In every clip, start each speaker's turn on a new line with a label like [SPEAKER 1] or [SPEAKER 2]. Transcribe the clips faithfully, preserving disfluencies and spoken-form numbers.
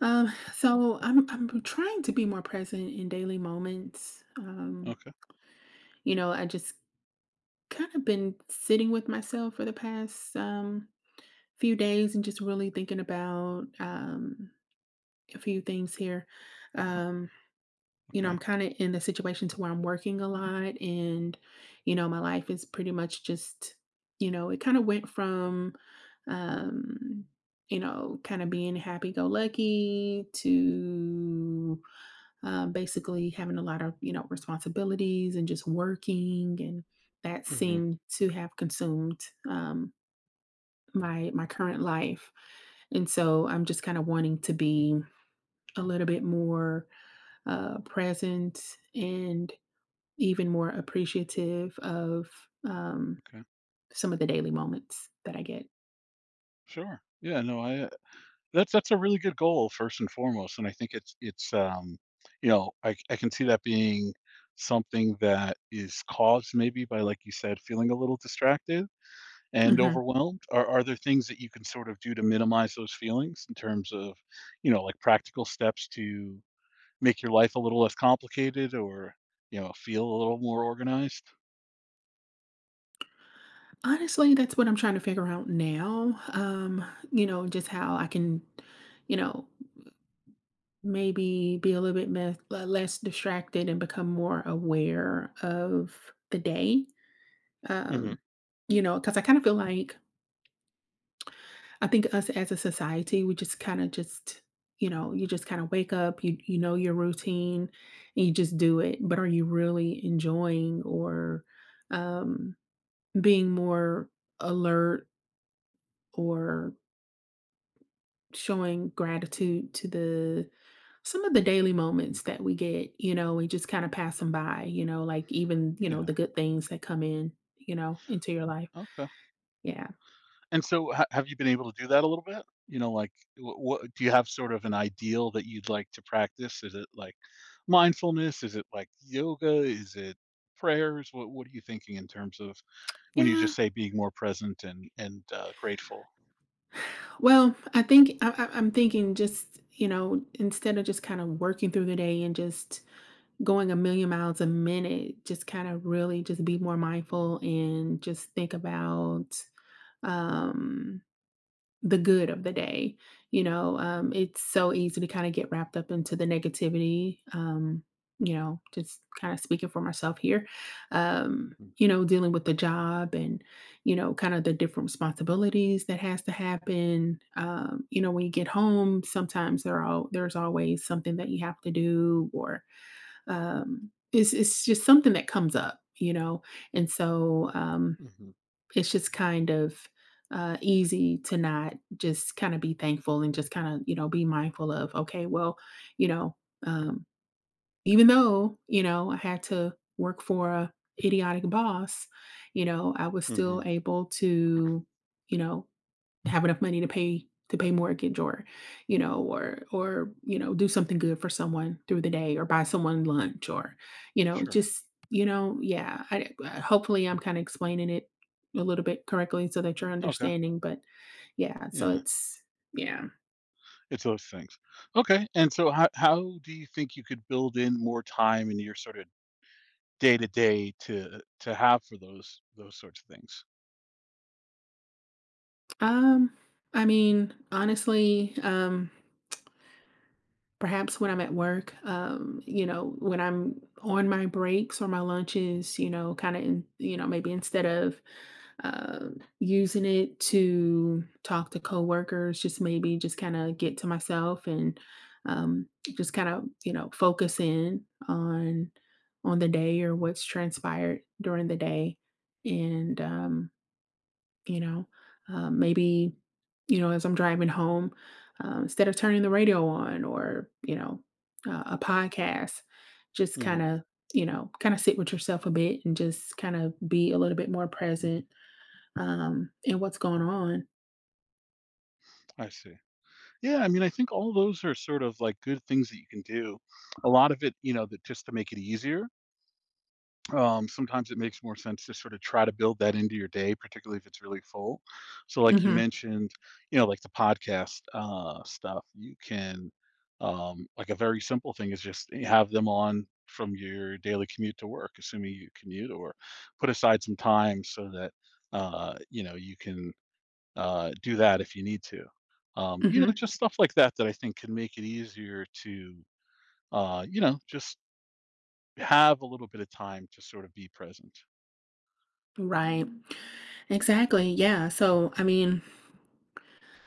[SPEAKER 1] Um, so I'm I'm trying to be more present in daily moments. Um,
[SPEAKER 2] Okay,
[SPEAKER 1] you know, I just kind of been sitting with myself for the past um few days and just really thinking about um a few things here. Um, you know,
[SPEAKER 2] okay.
[SPEAKER 1] I'm kind of in the situation to where I'm working a lot and you know, my life is pretty much just, you know, It kind of went from um you know, kind of being happy go lucky to uh, basically having a lot of you know responsibilities and just working, and that
[SPEAKER 2] Mhm,
[SPEAKER 1] seemed to have consumed, um, my my current life. And so I'm just kind of wanting to be a little bit more uh, present and even more appreciative of, um,
[SPEAKER 2] okay.
[SPEAKER 1] some of the daily moments that I get.
[SPEAKER 2] Sure. Yeah, no, I uh, that's that's a really good goal first and foremost, and I think it's it's, um, you know, I c I can see that being something that is caused maybe by, like you said, feeling a little distracted and
[SPEAKER 1] Hmm
[SPEAKER 2] overwhelmed. Are are there things that you can sort of do to minimize those feelings in terms of, you know, like, practical steps to make your life a little less complicated or, you know, feel a little more organized?
[SPEAKER 1] Honestly, that's what I'm trying to figure out now. Um, you know, just how I can, you know, maybe be a little bit meth- le- less distracted and become more aware of the day.
[SPEAKER 2] Mhm,
[SPEAKER 1] Um, you know, because I kind of feel like I think us as a society, we just kind of just, you know, you just kind of wake up, you you know your routine, and you just do it. But are you really enjoying or, um, being more alert, or showing gratitude to the some of the daily
[SPEAKER 2] mhm.
[SPEAKER 1] moments that we get? You know, we just kind of pass them by, you know, like even, you know,
[SPEAKER 2] Yeah,
[SPEAKER 1] the good things that come in, you know, into your life.
[SPEAKER 2] okay.
[SPEAKER 1] Yeah.
[SPEAKER 2] And so ha have you been able to do that a little bit? You know, like, what do you have sort of an ideal that you'd like to practice? Is it, like, mindfulness? Is it, like, yoga? Is it prayers? What what are you thinking in terms of when you
[SPEAKER 1] Yeah.
[SPEAKER 2] just say being more present and and, uh, grateful?
[SPEAKER 1] Well, I think I, I, I'm thinking just, you know, instead of just kind of working through the day and just going a million miles a minute, just kind of really just be more mindful and just think about, um, the good of the day. You know, um, it's so easy to kind of get wrapped up into the negativity. Um, you know, just kind of speaking for myself here. Um,
[SPEAKER 2] Mm,
[SPEAKER 1] you know, dealing with the job, and, you know, kind of the different responsibilities that has to happen. Um, you know, when you get home, sometimes there are all, there's always something that you have to do, or um it's it's just something that comes up, you know. And so um
[SPEAKER 2] mhm,
[SPEAKER 1] it's just kind of, uh, easy to not just kinda be thankful and just kinda, you know, be mindful of, "Okay, well, you know, um, even though, you know, I had to work for a idiotic boss, you know, I was still
[SPEAKER 2] mhm,
[SPEAKER 1] able to, you know, have enough money to pay to pay mortgage, or, you know, or or, you know, do something good for someone through the day, or buy someone lunch, or, you know,
[SPEAKER 2] sure.
[SPEAKER 1] just, you know, yeah, I uh, hopefully I'm kind of explaining it a little bit correctly so that you're
[SPEAKER 2] Okay,
[SPEAKER 1] understanding, but yeah, so
[SPEAKER 2] yeah,
[SPEAKER 1] it's yeah.
[SPEAKER 2] it's those things. Okay, and so how how do you think you could build in more time in your sort of day-to-day to day to to have for those those sorts of things?
[SPEAKER 1] Um I mean, honestly, um perhaps when I'm at work, um, you know, when I'm on my breaks or my lunches, you know, kind of in, you know, maybe instead of um using it to talk to coworkers, just maybe just kind of get to myself and, um, just kind of, you know, focus in on on the day, or what's transpired during the day. And um, you know, um, maybe, you know, as I'm driving home, um, instead of turning the radio on, or, you know, uh, a podcast, just kind
[SPEAKER 2] Mhm,
[SPEAKER 1] of, you know, kind of sit with yourself a bit and just kind of be a little bit more present, um, in what's going on.
[SPEAKER 2] I see. Yeah, I mean, I think all those are sort of like good things that you can do. A lot of it, you know, that just to make it easier. Um, sometimes it makes more sense to sort of try to build that into your day, particularly if it's really full. So, like you
[SPEAKER 1] Hmm
[SPEAKER 2] mentioned, you know, like the podcast uh, stuff, you can, um, like a very simple thing is just have them on from your daily commute to work, assuming you commute, or put aside some time so that, uh, you know, you can uh, do that if you need to. Um, you know,
[SPEAKER 1] hmm
[SPEAKER 2] just stuff like that that I think can make it easier to, uh, you know, just have a little bit of time to sort of be present.
[SPEAKER 1] Right. Exactly. Yeah. So, I mean,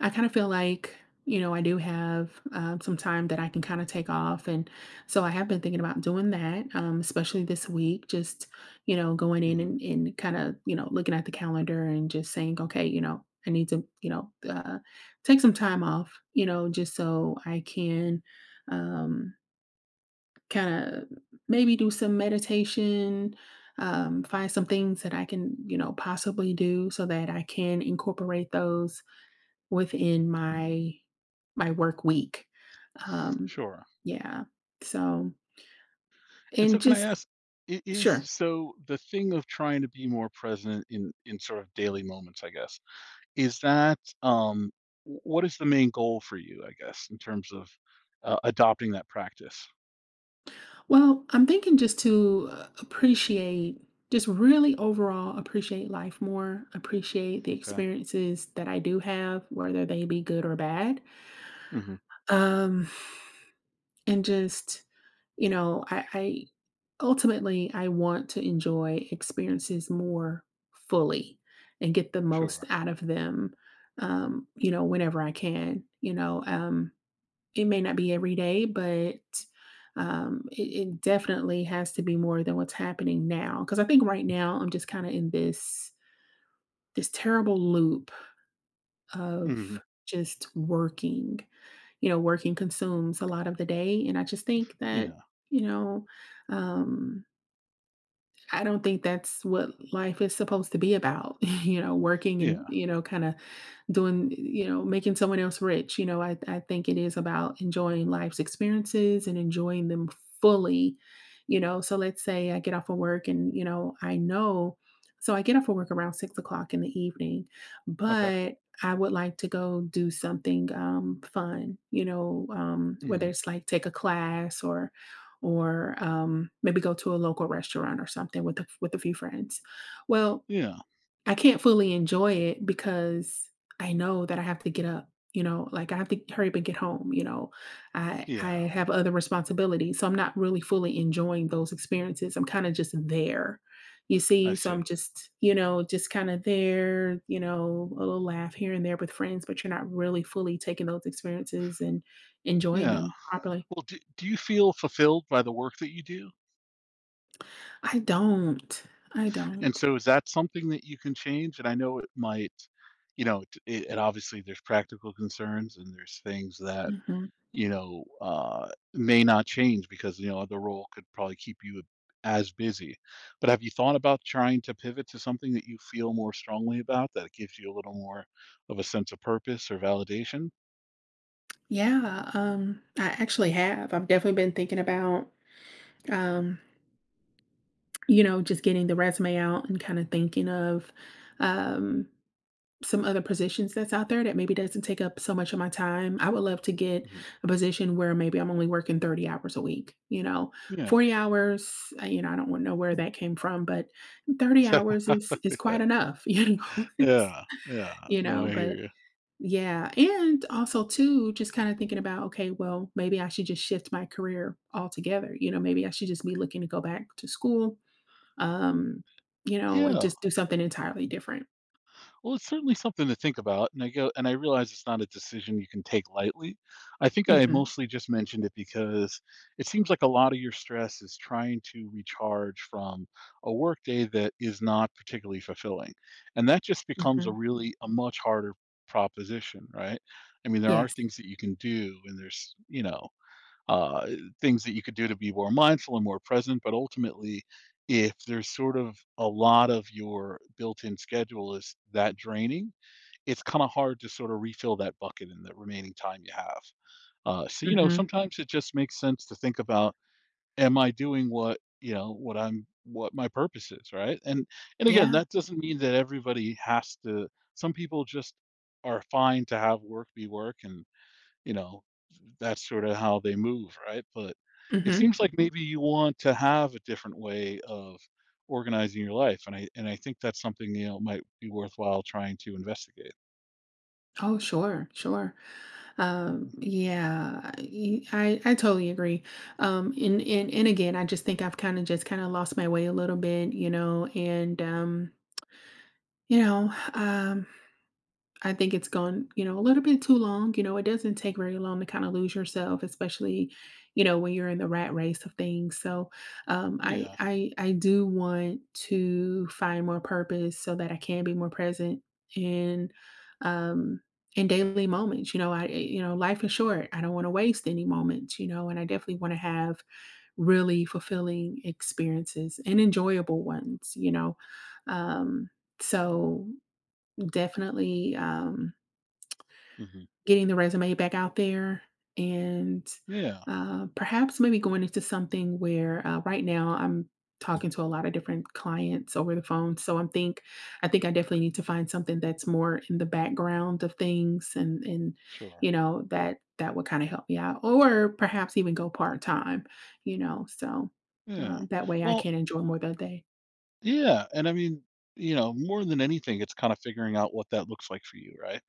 [SPEAKER 1] I kind of feel like, you know, I do have um, some time that I can kind of take off. And so I have been thinking about doing that, um, especially this week, just, you know, going in
[SPEAKER 2] Mhm.
[SPEAKER 1] and, and kind of, you know, looking at the calendar and just saying, okay, you know, I need to, you know, uh, take some time off, you know, just so I can, um, kind of maybe do some meditation, um, find some things that I can, you know, possibly do so that I can incorporate those within my my work week. Um,
[SPEAKER 2] Sure.
[SPEAKER 1] yeah. So,
[SPEAKER 2] And
[SPEAKER 1] and
[SPEAKER 2] so, can I
[SPEAKER 1] just
[SPEAKER 2] ask? i- Is
[SPEAKER 1] sure.
[SPEAKER 2] so the thing of trying to be more present in in sort of daily moments, I guess. Is that um, wh- what is the main goal for you? I guess in terms of uh, adopting that practice.
[SPEAKER 1] Well, I'm thinking just to uh, appreciate just really overall appreciate life more, appreciate the
[SPEAKER 2] Okay.
[SPEAKER 1] experiences that I do have, whether they be good or bad.
[SPEAKER 2] Hmm.
[SPEAKER 1] Um, and just You know, I, I ultimately I want to enjoy experiences more fully and get the most
[SPEAKER 2] Sure.
[SPEAKER 1] out of them. Um, you know, whenever I can. You know, um, it may not be every day, but, um, it, it definitely has to be more than what's happening now. Because I think right now I'm just kind of in this this terrible loop
[SPEAKER 2] Hmm.
[SPEAKER 1] of just working. You know, working consumes a lot of the day, and I just think that
[SPEAKER 2] Yeah.
[SPEAKER 1] you know um I don't think that's what life is supposed to be about, you know, working
[SPEAKER 2] Yeah.
[SPEAKER 1] and, you know, kind of doing, you know, making someone else rich. You know, I, I think it is about enjoying life's experiences and enjoying them fully, you know. So let's say I get off of work and, you know, I know, so I get off of work around six o'clock in the evening,
[SPEAKER 2] Okay.
[SPEAKER 1] but I would like to go do something um, fun, you know, um, whether
[SPEAKER 2] Hmm.
[SPEAKER 1] it's like take a class, or or um, maybe go to a local restaurant or something with a, with a few friends. Well,
[SPEAKER 2] Yeah.
[SPEAKER 1] I can't fully enjoy it because I know that I have to get up. You know, like I have to hurry up and get home. You know, I I
[SPEAKER 2] Yeah.
[SPEAKER 1] have other responsibilities, so I'm not really fully enjoying those experiences. I'm kind of just there, you
[SPEAKER 2] I
[SPEAKER 1] see. So I'm
[SPEAKER 2] see.
[SPEAKER 1] just, you know, just kind of there. You know, a little laugh here and there with friends, but you're not really fully taking those experiences and enjoying
[SPEAKER 2] Yeah.
[SPEAKER 1] them properly.
[SPEAKER 2] Well, do do you feel fulfilled by the work that you do?
[SPEAKER 1] I don't. I
[SPEAKER 2] And
[SPEAKER 1] don't.
[SPEAKER 2] so is that something that you can change? And I know it might, you know, t- it, and obviously there's practical concerns and there's things that,
[SPEAKER 1] Mhm.
[SPEAKER 2] you know, uh, may not change because, you know, the role could probably keep you as busy. But have you thought about trying to pivot to something that you feel more strongly about that gives you a little more of a sense of purpose or validation?
[SPEAKER 1] Yeah, um, I actually have. I've definitely been thinking about, um, you know, just getting the resume out and kinda thinking of, um, some other positions that's out there that maybe doesn't take up so much of my time. I would love to get
[SPEAKER 2] Mhm.
[SPEAKER 1] a position where maybe I'm only working thirty hours a week, you know?
[SPEAKER 2] Yeah.
[SPEAKER 1] forty hours, uh, you know, I don't want know where that came from, but thirty hours is is
[SPEAKER 2] Yeah.
[SPEAKER 1] quite enough, you know? It's
[SPEAKER 2] Yeah. Yeah.
[SPEAKER 1] you
[SPEAKER 2] No,
[SPEAKER 1] know,
[SPEAKER 2] I hear
[SPEAKER 1] but
[SPEAKER 2] you.
[SPEAKER 1] Yeah, and also too, just kinda thinking about, okay, well, maybe I should just shift my career altogether, you know, maybe I should just be looking to go back to school, um, you know, and
[SPEAKER 2] Yeah.
[SPEAKER 1] just do something entirely different.
[SPEAKER 2] Well, it's certainly something to think about, and I go and I realize it's not a decision you can take lightly. I think I
[SPEAKER 1] Mhm,
[SPEAKER 2] mostly just mentioned it because it seems like a lot of your stress is trying to recharge from a workday that is not particularly fulfilling. And that just becomes a
[SPEAKER 1] mhm.
[SPEAKER 2] really a much harder proposition, right? I mean, there are
[SPEAKER 1] Yes.
[SPEAKER 2] things that you can do and there's, you know, uh, things that you could do to be more mindful and more present. But ultimately, if there's sort of a lot of your built-in schedule is that draining, it's kind of hard to sort of refill that bucket in the remaining time you have. Uh, so you know,
[SPEAKER 1] Mhm.
[SPEAKER 2] sometimes it just makes sense to think about: Am I doing what you know what I'm what my purpose is, right? And and again,
[SPEAKER 1] Yeah.
[SPEAKER 2] that doesn't mean that everybody has to. Some people just are fine to have work be work and you know, that's sort of how they move, right? But it
[SPEAKER 1] Mhm.
[SPEAKER 2] seems like maybe you want to have a different way of organizing your life, and I and I think that's something, you know, might be worthwhile trying to investigate.
[SPEAKER 1] Oh, sure, sure. Um, yeah, y I I totally agree. Um, and and and again, I just think I've kinda just kinda lost my way a little bit, you know, and, um, you know, um I think it's gone, you know, a little bit too long. You know, it doesn't take very long to kind of lose yourself, especially, you know, when you're in the rat race of things. So, um, I
[SPEAKER 2] Yeah.
[SPEAKER 1] I I do want to find more purpose so that I can be more present in, um, in daily moments. You know, I eh, you know, life is short. I don't want to waste any moments. You know, and I definitely want to have really fulfilling experiences and enjoyable ones. You know, um, so definitely. Um,
[SPEAKER 2] Mhm.
[SPEAKER 1] Getting the resume back out there and,
[SPEAKER 2] Yeah,
[SPEAKER 1] uh, perhaps maybe going into something where, uh, right now I'm talking to a lot of different clients over the phone, so I'm think I think I definitely need to find something that's more in the background of things and and,
[SPEAKER 2] sure.
[SPEAKER 1] you know, that that would kinda help me out, or perhaps even go part-time, you know, so,
[SPEAKER 2] Yeah.
[SPEAKER 1] um, that way I
[SPEAKER 2] Well,
[SPEAKER 1] can enjoy more of the day.
[SPEAKER 2] yeah, and I mean, you know, more than anything, it's kinda figuring out what that looks like for you, right?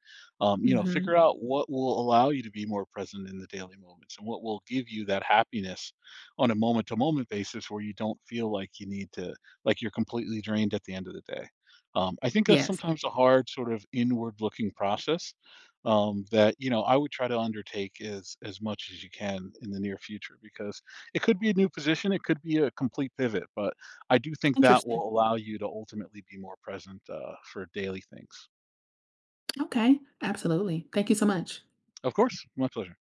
[SPEAKER 2] Um, you know,
[SPEAKER 1] Mhm.
[SPEAKER 2] figure Mhm. out what will allow you to be more present in the daily moments and what will give you that happiness on a moment to moment basis where you don't feel like you need to like you're completely drained at the end of the day. Um, I think that's
[SPEAKER 1] Yes.
[SPEAKER 2] sometimes a hard sort of inward looking process, um, that, you know, I would try to undertake as as much as you can in the near future because it could be a new position, it could be a complete pivot, but I do think that
[SPEAKER 1] Interesting.
[SPEAKER 2] will allow you to ultimately be more present, uh, for daily things.
[SPEAKER 1] Okay. Absolutely. Thank you so much.
[SPEAKER 2] Of course, my pleasure.